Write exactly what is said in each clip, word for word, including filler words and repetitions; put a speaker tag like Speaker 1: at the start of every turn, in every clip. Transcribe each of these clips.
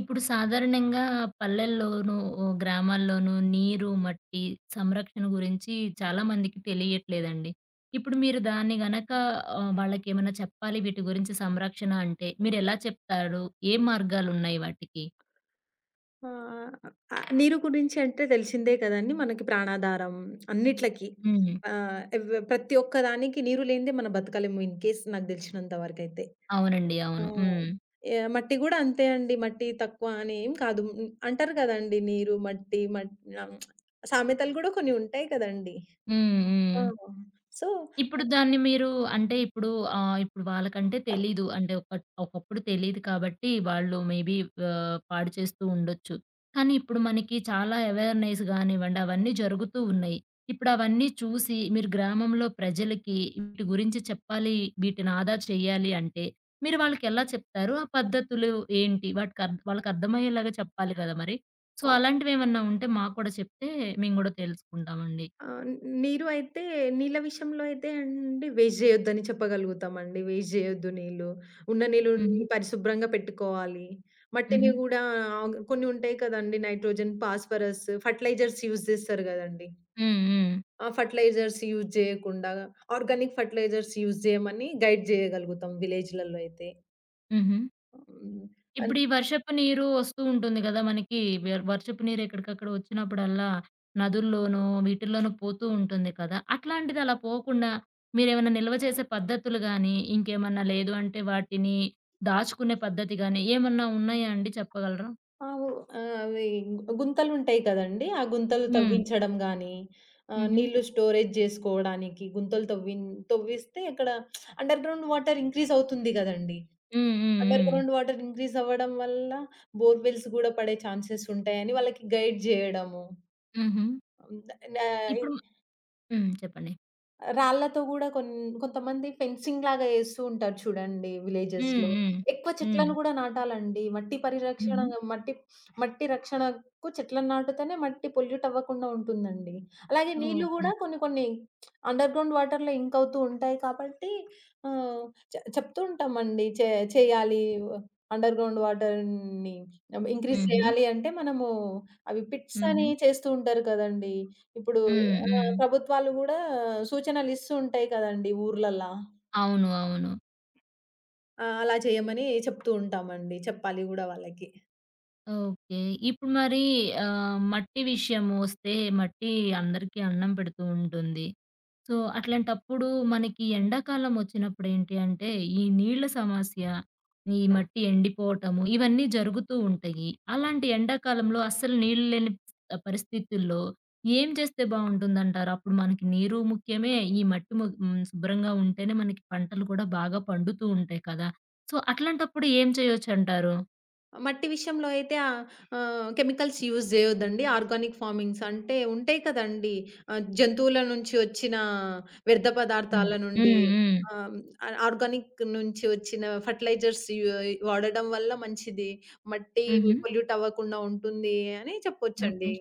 Speaker 1: ఇప్పుడు సాధారణంగా పల్లెల్లోనూ, ఓ గ్రామాల్లోనూ నీరు, మట్టి సంరక్షణ గురించి చాలా మందికి తెలియట్లేదండి. ఇప్పుడు మీరు దాన్ని గనక ఆహ్, వాళ్ళకేమైనా చెప్పాలి వీటి గురించి, సంరక్షణ అంటే మీరెలా చెప్తారు? ఏ మార్గాలున్నాయి వాటికి?
Speaker 2: ఆ! ఆహ్, నీరు గురించి అంటే తెలిసిందే కదండీ, మనకి ప్రాణాధారం అన్నిట్లకి.
Speaker 1: హ్మ్.
Speaker 2: ఆహ్, ఎవ్ ప్రతి ఒక్క దానికి నీరు లేనిదే మనం బతకలేము ఇన్ కేస్ నాకు తెలిసినంత వరకైతే.
Speaker 1: అవునండి.
Speaker 2: ఆ!
Speaker 1: అవును. హ్మ్.
Speaker 2: యాహ్! మట్టి గూడా అంతే అండి. మట్టి తక్కువ అని ఏం కాదు. హ్మ్. అంటారు కదండీ, నీరు, మట్టి మట్ సామెతలు గూడా కొన్ని ఉంటాయి కదండీ.
Speaker 1: హ్మ్.
Speaker 2: ఆ!
Speaker 1: హ్మ్. ఇప్పుడు దాన్ని మీరు అంటే ఇప్పుడు ఆహ్, ఇప్పుడు వాళ్ళకంటే
Speaker 2: సో
Speaker 1: తెలీదు. అంటే ఒక ఒకప్పుడు తెలీదు కాబట్టి వాళ్ళు మేబీ ఆహ్, పాడు చేస్తూ ఉండొచ్చు. కానీ ఇప్పుడు మనకి చాలా అవేర్‌నెస్ గానివ్వండి, అవన్నీ జరుగుతూ ఉన్నాయి. ఇప్పుడు అవన్నీ చూసి మీరు గ్రామంలో ప్రజలకి వీటి గురించి చెప్పాలి, వీటిని ఆదా చేయాలి అంటే మీరు వాళ్ళకి ఎలా చెప్తారు? ఆ పద్ధతులు ఏంటి? వాటికి అర్ వాళ్ళకి అర్థమయ్యేలాగా చెప్పాలి కదా మరి! సో, అలాంటివి ఏమన్నా ఉంటే మాకు కూడా చెప్తే మేము కూడా తెలుసుకుంటామండి.
Speaker 2: ఆహ్, న్ నీరు అయితే నీళ్ళ విషయంలో అయితే అండి, వేస్ట్ జేయొద్దని చెప్పగలుగుతామండి. వేస్ట్ జేయొద్దు నీళ్ళు. ఉన్న
Speaker 1: హుహు.
Speaker 2: నీళ్ళుని పరిశుభ్రంగా పెట్టుకోవాలి.
Speaker 1: హుహు.
Speaker 2: మట్టిని గూడా ఆహ్, కొన్ని ఉంటాయి కదండీ, నైట్రోజన్, ఫాస్ఫరస్, ఫర్టిలైజర్స్ యూజ్ జేస్తారు గదండీ.
Speaker 1: హ్మ్. హ్మ్.
Speaker 2: ఆ ఫర్టిలైజర్స్ యూజ్ జేయకుండా ఆర్గానిక్ ఫర్టిలైజర్స్ యూజ్ జేయమని గైడ్ జేయగలుగుతాం విలేజ్‌లలో అయితే.
Speaker 1: హుహు. ఇప్పుడు
Speaker 2: హ్మ్.
Speaker 1: ఈ వర్షపు నీరు వస్తూ ఉంటుంది గదా మనకి. వెర్ వర్షపు నీరు ఎక్కడికక్కడ వచ్చినప్పుడల్లా నదుల్లోనో, వీటిల్లోనో పోతూ ఉంటుంది కదా! అట్లాంటిది అలా పోకుండా మీరేమన్నా నిల్వ చేసే పద్ధతులు గానీ, ఇంకేమన్నా లేదు అంటే వాటిని దాచుకునే పద్ధతి గానీ, ఏమన్నా ఉన్నాయా అండి, చెప్పగలరా?
Speaker 2: ఆవు ఆహ్, అవి గుంతలుంటాయి కదండీ! ఆ గుంతలు
Speaker 1: హ్మ్.
Speaker 2: తవ్వించడం గానీ, ఆహ్,
Speaker 1: హుహు.
Speaker 2: నీళ్ళు స్టోరేజ్ జేసుకోవడానికి గుంతలు తవ్విన్ తవ్విస్తే అక్కడ అండర్‌గ్రౌండ్ వాటర్ ఇంక్రీజ్ అవుతుంది గదండీ!
Speaker 1: హ్మ్. హ్మ్. హ్మ్.
Speaker 2: అండర్‌గ్రౌండ్ వాటర్ ఇంక్రీజ్ అవ్వడం వల్ల బోర్‌వెల్స్ గూడా పడే ఛాన్సెస్ ఉంటాయని వాళ్ళకి గైడ్ జేయడము.
Speaker 1: హుహు.
Speaker 2: హ్మ్. ద నా
Speaker 1: ఇప్పుడు హ్మ్. చెప్పండి.
Speaker 2: రాళ్ళతో గూడా కొన్ కొంతమంది ఫెన్సింగ్ లాగా యేస్తూ ఉంటారు చూడండి
Speaker 1: హ్మ్.
Speaker 2: విలేజెస్‌లో.
Speaker 1: హ్మ్.
Speaker 2: ఎక్కువ
Speaker 1: హ్మ్.
Speaker 2: చెట్లను గూడా నాటాలండి. మట్టి పరిరక్షణ
Speaker 1: హుహు.
Speaker 2: మట్టి మట్టి రక్షణకు చెట్లను నాటుతేనే మట్టి పొల్యూట్ అవ్వకుండా ఉంటుందండి. అలాగే నీళ్లు
Speaker 1: ఓకే.
Speaker 2: గూడా కొన్ని కొన్ని అండర్ గ్రౌండ్ వాటర్‌లో ఇంక్ అవుతూ ఉంటాయి కాబట్టి ఆహ్, చె చెప్తూ ఉంటామండి. చే చేయాలి, అండర్ గ్రౌండ్ వాటర్‌ని ఇంక్రీజ్
Speaker 1: హుహు.
Speaker 2: చేయాలి అంటే మనము అవి పిట్స్
Speaker 1: హుహు.
Speaker 2: అని చేస్తూ ఉంటారు కదండీ! ఇప్పుడు
Speaker 1: హ్మ్.
Speaker 2: ఆ!
Speaker 1: హ్మ్.
Speaker 2: ప్రభుత్వాలు గూడా సూచనలిస్తూ ఉంటాయి కదండీ ఊర్లల్లా.
Speaker 1: అవును. అవును.
Speaker 2: ఆ! అలా చేయమని చెప్తూ ఉంటామండి. చెప్పాలి గూడా వాళ్ళకి.
Speaker 1: ఓకే. ఇప్పుడు మరి ఆహ్, మట్టి విషయమొస్తే, మట్టి అందరికీ అన్నం పెడుతూ ఉంటుంది. సో, అట్లాంటప్పుడు మనకి ఎండాకాలం ఒచ్చినప్పుడు ఏంటి అంటే, ఈ నీళ్ల సమస్య, ఈ మట్టి ఎండిపోవటము, ఇవన్నీ జరుగుతూ ఉంటాయి. అలాంటి ఎండాకాలంలో అస్సలు నీళ్లు లేని ఆహ్, పరిస్థితుల్లో ఏం చేస్తే బావుంటుందంటారు? అప్పుడు మనకి నీరు ముఖ్యమే, ఈ మట్టి ము హ్మ్. శుభ్రంగా ఉంటేనే మనకి పంటలు కూడా బాగా పండుతూ ఉంటాయి కదా! సో, అట్లాంటప్పుడు ఏం చేయొచ్చంటారు?
Speaker 2: మట్టి విషయంలో అయితే ఆహ్, ఆహ్, కెమికల్స్ యూజ్ జేయొద్దండి. ఆర్గానిక్ ఫార్మింగ్స్ అంటే ఉంటాయి కదండీ. ఆహ్, జంతువుల నుంచి వచ్చిన వ్యర్థ
Speaker 1: హ్మ్.
Speaker 2: పదార్థాల నుండి
Speaker 1: హ్మ్. హ్మ్.
Speaker 2: ఆహ్, ఆహ్, ఆర్గానిక్ నుంచి వచ్చిన ఫెర్టిలైజర్స్ యు వాడడం వల్ల మంచిది. మట్టి
Speaker 1: హుహు.
Speaker 2: పొల్యూట్ అవ్వకుండా ఉంటుంది అని
Speaker 1: ఓకే.
Speaker 2: చెప్పొచ్చండి.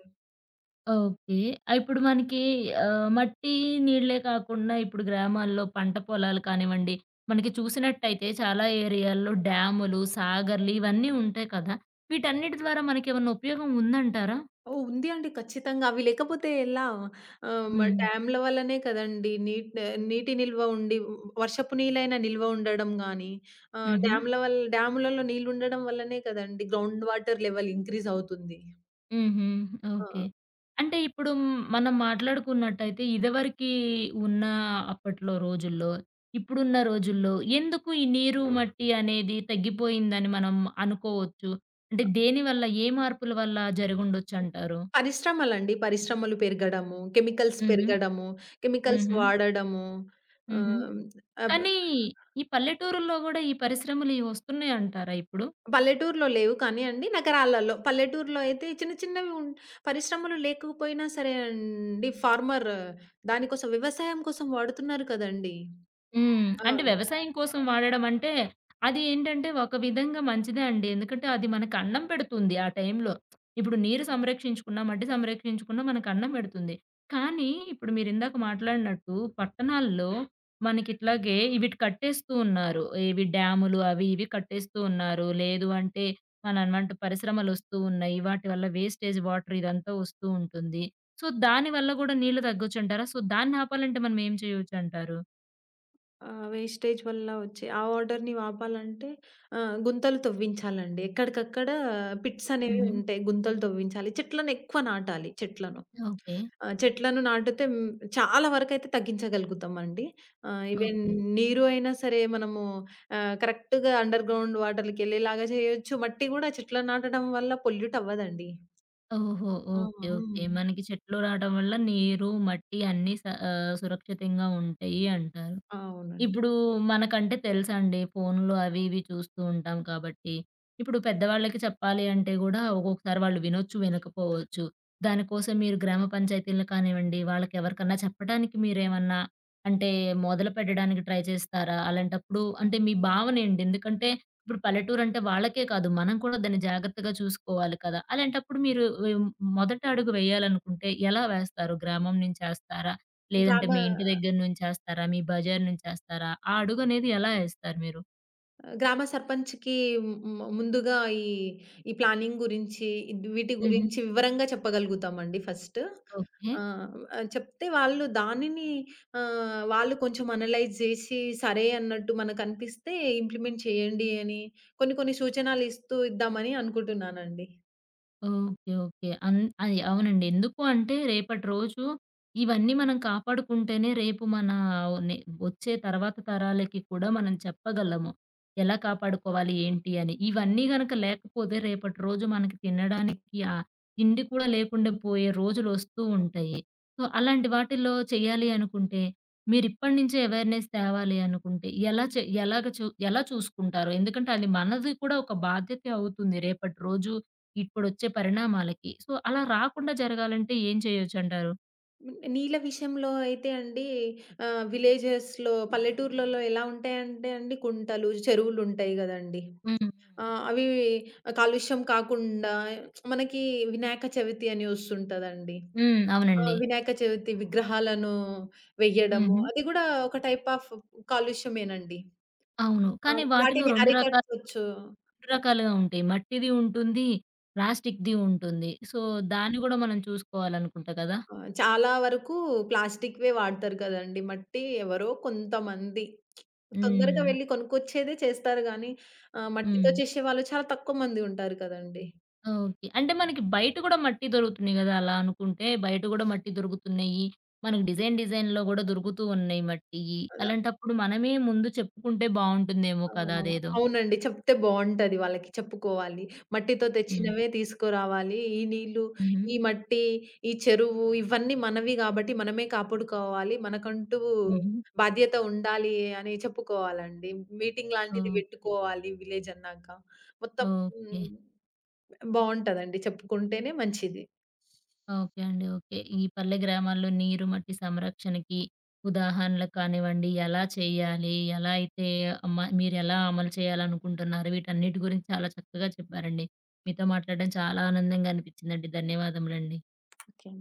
Speaker 1: ఓకే. ఆహ్, ఇప్పుడు మనకి ఆహ్, మట్టి, నీళ్ళే కాకుండా ఇప్పుడు గ్రామాల్లో పంట పొలాలు కానివ్వండి, మనకి చూసినట్టయితే చాలా ఏరియాల్లో డ్యాములు, సాగర్‌లు ఇవన్నీ ఉంటాయి కదా! వీటన్నిటి ద్వారా మనకేమన్నా ఉపయోగం ఉందంటారా?
Speaker 2: ఓహ్! ఉంది అండి. ఖచ్చితంగా. అవి లేకపోతే ఎలా? ఆహ్, మ
Speaker 1: హ్మ్.
Speaker 2: డ్యామ్‌ల వల్లనే కదండీ! నీట్ నీటి నిల్వ ఉండి, వర్షపు నీళ్ళైనా నిల్వ ఉండడం గానీ, ఆహ్,
Speaker 1: హుహు.
Speaker 2: డ్యామ్‌ల వల్ల, డ్యాములలో నీళ్ళు ఉండడం వల్లనే కదండీ గ్రౌండ్ వాటర్ లెవెల్ ఇంక్రీజ్ అవుతుంది.
Speaker 1: హుహు.
Speaker 2: ఆ!
Speaker 1: ఓకే. అంటే ఇప్పుడు మ్- మనం మాట్లాడుకున్నట్టయితే, ఇదివరకి ఉన్న అప్పట్లో రోజుల్లో, ఇప్పుడున్న రోజుల్లో, ఎందుకు ఈ నీరు, మట్టి అనేది తగ్గిపోయిందని మనం అనుకోవచ్చు? అంటే దేనివల్ల, ఏ మార్పుల వల్ల జరిగుండొచ్చంటారు?
Speaker 2: పరిశ్రమలండి. పరిశ్రమలు పెరగడము, కెమికల్స్
Speaker 1: హుహు.
Speaker 2: పెరగడము, కెమికల్స్
Speaker 1: హుహు.
Speaker 2: వాడడము.
Speaker 1: హుహు.
Speaker 2: ఆహ్, అబ్
Speaker 1: కానీ ఈ పల్లెటూరుల్లో గూడా ఈ పరిశ్రమలు ఇవి వస్తున్నాయంటారా ఇప్పుడు?
Speaker 2: పల్లెటూరులో లేవు కానీ అండి, నగరాలలో. పల్లెటూరులో అయితే చిన్న చిన్నవి ఉన్ పరిశ్రమలు లేకపోయినా సరే అండి, ఫార్మర్ దానికోసం వ్యవసాయం కోసం వాడుతున్నారు కదండీ!
Speaker 1: హ్మ్.
Speaker 2: ఆ!
Speaker 1: అంటే వ్యవసాయం కోసం వాడడం అంటే, అది ఏంటంటే ఒక విధంగా మంచిదే అండి. ఎందుకంటే అది మనకు అన్నం పెడుతుంది ఆ టైంలో. ఇప్పుడు నీరు సంరక్షించుకున్నా, మట్టి సంరక్షించుకున్నా మనకు అన్నం పెడుతుంది. కానీ ఇప్పుడు మీరు ఇందాక మాట్లాడినట్టు పట్టణాల్లో మనకిట్లాగే వీటి కట్టేస్తూ ఉన్నారు. ఇవి డ్యాములు అవి ఇవి కట్టేస్తూ ఉన్నారు. లేదు అంటే మనమంట పరిశ్రమలొస్తూ ఉన్నాయి. వాటి వల్ల వేస్టేజ్ వాటర్ ఇదంతా వస్తూ ఉంటుంది. సో, దాని వల్ల గూడా నీళ్లు తగ్గొచ్చంటారా? సో, దాన్ని ఆపాలంటే మనం ఏం చేయొచ్చంటారు?
Speaker 2: ఆ! వేస్టేజ్ వల్ల వచ్చే ఆ వాటర్‌ని ఆపాలంటే ఆహ్, గుంతలు తవ్వించాలండి. ఎక్కడికక్కడ పిట్స్ అనేవి ఉంటాయి. గుంతలు తవ్వించాలి. చెట్లను ఎక్కువ నాటాలి చెట్లను.
Speaker 1: ఓకే.
Speaker 2: ఆహ్, చెట్లను నాటితే హ్మ్, చాలా వరకైతే తగ్గించగలుగుతామండి. ఆహ్, ఈవెన్
Speaker 1: ఓకే.
Speaker 2: నీరు అయినా సరే మనము ఆహ్, కరెక్ట్‌గా అండర్‌గ్రౌండ్ వాటర్‌లకెళ్ళేలాగా చేయొచ్చు. మట్టి గూడా చెట్లను నాటడం వల్ల పొల్యూట్ అవ్వదండి.
Speaker 1: ఓహోహో!
Speaker 2: ఆ!
Speaker 1: ఓకే. ఓకే.
Speaker 2: హ్మ్.
Speaker 1: మనకి చెట్లు రావడం వల్ల నీరు, మట్టి అన్నీ స ఆహ్, సురక్షితంగా ఉంటాయి అంటారు.
Speaker 2: అవునండి.
Speaker 1: ఇప్పుడు మనకంటే తెలుసండి, ఫోనులు అవి ఇవి చూస్తూ ఉంటాం కాబట్టి. ఇప్పుడు పెద్దవాళ్ళకి చెప్పాలి అంటే గూడా ఒక్కొక్కసారి వాళ్ళు వినొచ్చు, వినకపోవచ్చు. దానికోసం మీరు గ్రామ పంచాయతీలను కానివ్వండి, వాళ్ళకి ఎవరికన్నా చెప్పడానికి మీరేమన్నా అంటే మొదలుపెట్టడానికి ట్రై చేస్తారా? అలాంటప్పుడు అంటే మీ భావనేంటి? ఎందుకంటే ఇప్పుడు పల్లెటూరంటే వాళ్ళకే కాదు, మనం కూడా దాన్ని జాగ్రత్తగా చూసుకోవాలి కదా! అలాంటప్పుడు మీరు వి మొదటి అడుగు వేయాలనుకుంటే ఎలా వేస్తారు? గ్రామం నుంచేస్తారా? లేదంటే
Speaker 2: గ్రామ
Speaker 1: మీ ఇంటి దగ్గర నుంచేస్తారా? మీ బజార్ నుంచేస్తారా? ఆ అడుగనేది ఎలా ఏస్తారు మీరు?
Speaker 2: గ్రామ సర్పంచ్‌కి ము ముందుగా ఈ, ఈ ప్లానింగ్ గురించి, ఇది వీటి
Speaker 1: హుహు.
Speaker 2: గురించి వివరంగా చెప్పగలుగుతామండి ఫస్ట్.
Speaker 1: ఓకే.
Speaker 2: ఆహ్, ఆహ్, చెప్తే వాళ్ళు దానిని ఆహ్, వాళ్ళు కొంచెం అనలైజ్ జేసి, సరే అన్నట్టు మనకనిపిస్తే ఇంప్లిమెంట్ చేయండి అని, కొన్ని కొన్ని సూచనలిస్తూ ఇద్దామని అనుకుంటున్నానండి.
Speaker 1: ఓకే. ఓకే. అన్ అది అవునండి. ఎందుకు అంటే రేపటి రోజు ఇవన్నీ మనం కాపాడుకుంటేనే రేపు మన నే వచ్చే తర్వాత తరాలకి కూడా మనం చెప్పగలము ఎలా కాపాడుకోవాలి ఏంటి అని. ఇవన్నీ గనక లేకపోతే రేపటి రోజు మనకి తినడానికి ఆహ్, తిండి కూడా లేకుండా పోయే రోజులొస్తూ ఉంటాయి. సో,
Speaker 2: ఆ,
Speaker 1: అలాంటి వాటిల్లో చేయాలి అనుకుంటే మీరిప్పటి నుంచే అవేర్‌నెస్ తేవాలి అనుకుంటే ఎలా చే ఎలాగ చూ ఎలా చూసుకుంటారు? ఎందుకంటే అది మనది కూడా ఒక బాధ్యత అవుతుంది రేపటి రోజు ఇప్పుడొచ్చే పరిణామాలకి. సో, అలా రాకుండా జరగాలంటే ఏం చేయొచ్చంటారు?
Speaker 2: నీళ్ళ విషయంలో అయితే అండి, ఆహ్, విలేజెస్‌లో పల్లెటూర్లలో ఎలా ఉంటాయంటే అండి, కుంటలు, చెరువులుంటాయి గదండీ!
Speaker 1: హ్మ్.
Speaker 2: ఆ! అవి కాలుష్యం కాకుండా, మనకి వినాయక చవితి అని వస్తుంటదండి.
Speaker 1: హ్మ్.
Speaker 2: ఆ!
Speaker 1: అవునండి.
Speaker 2: వినాయక చవితి విగ్రహాలను వెయ్యడము,
Speaker 1: హుహు.
Speaker 2: అది గూడా ఒక టైప్ ఆఫ్ కాలుష్యమేనండి.
Speaker 1: అవును.
Speaker 2: ఆ!
Speaker 1: కానీ వాటిలో
Speaker 2: వాటిని
Speaker 1: రెండు రకాలు
Speaker 2: అరికట్టొచ్చు.
Speaker 1: రెండు రకాలుగా ఉంటాయి. మట్టిది ఉంటుంది, ప్లాస్టిక్‌ది ఉంటుంది. సో, దాన్ని గూడా మనం చూసుకోవాలనుకుంటా కదా!
Speaker 2: ఆ! చాలా వరకు ప్లాస్టిక్‌వే వాడతారు కదండీ. మట్టి ఎవరో కొంతమంది తొందరగా
Speaker 1: హ్మ్.
Speaker 2: వెళ్లి కొనుక్కొచ్చేదే చేస్తారు గానీ, ఆహ్, మట్టితో
Speaker 1: హ్మ్.
Speaker 2: చేసేవాళ్ళు చాలా తక్కువ మంది ఉంటారు కదండీ.
Speaker 1: ఓకే. అంటే మనకి బయట గూడా మట్టి దొరుకుతున్నాయి గదా! అలా అనుకుంటే బయట గూడా మట్టి దొరుకుతున్నాయి. మనకు డిజైన్ డిజైన్‌లో గూడా దొరుకుతూ ఉన్నాయి మట్టియి.
Speaker 2: అలా
Speaker 1: అలాంటప్పుడు మనమే ముందు చెప్పుకుంటే బావుంటుందేమో
Speaker 2: ఆ!
Speaker 1: కదా! అదేదో.
Speaker 2: అవునండి. చెప్తే బావుంటది వాళ్ళకి. చెప్పుకోవాలి. మట్టితో
Speaker 1: హ్మ్.
Speaker 2: తెచ్చినవే తీసుకురావాలి. ఈ నీళ్ళు,
Speaker 1: హుహు.
Speaker 2: ఈ మట్టి, ఈ చెరువు ఇవన్నీ మనవి గాబట్టి మనమే కాపాడుకోవాలి. మనకంటూ
Speaker 1: హుహు.
Speaker 2: బాధ్యత ఉండాలి అని చెప్పుకోవాలండి. మీటింగ్ లాంటిది
Speaker 1: ఓహ్!
Speaker 2: పెట్టుకోవాలి విలేజ్ అన్నాక. మొత్తం
Speaker 1: ఓకే.
Speaker 2: హ్మ్. బావుంటదండి. చెప్పుకుంటేనే మంచిది.
Speaker 1: ఓకే అండి. ఓకే. ఈ పల్లె గ్రామాల్లో నీరు, మట్టి సంరక్షణకి ఉదాహరణలు కానివ్వండి, ఎలా చేయాలి? ఎలా అయితే అమ మీరెలా అమలు చేయాలనుకుంటున్నారు? వీటన్నిటి గురించి చాలా చక్కగా చెప్పారండి. మీతో మాట్లాడడం చాలా ఆనందంగా అనిపించిందండి. ధన్యవాదములండి.
Speaker 2: ఓకే.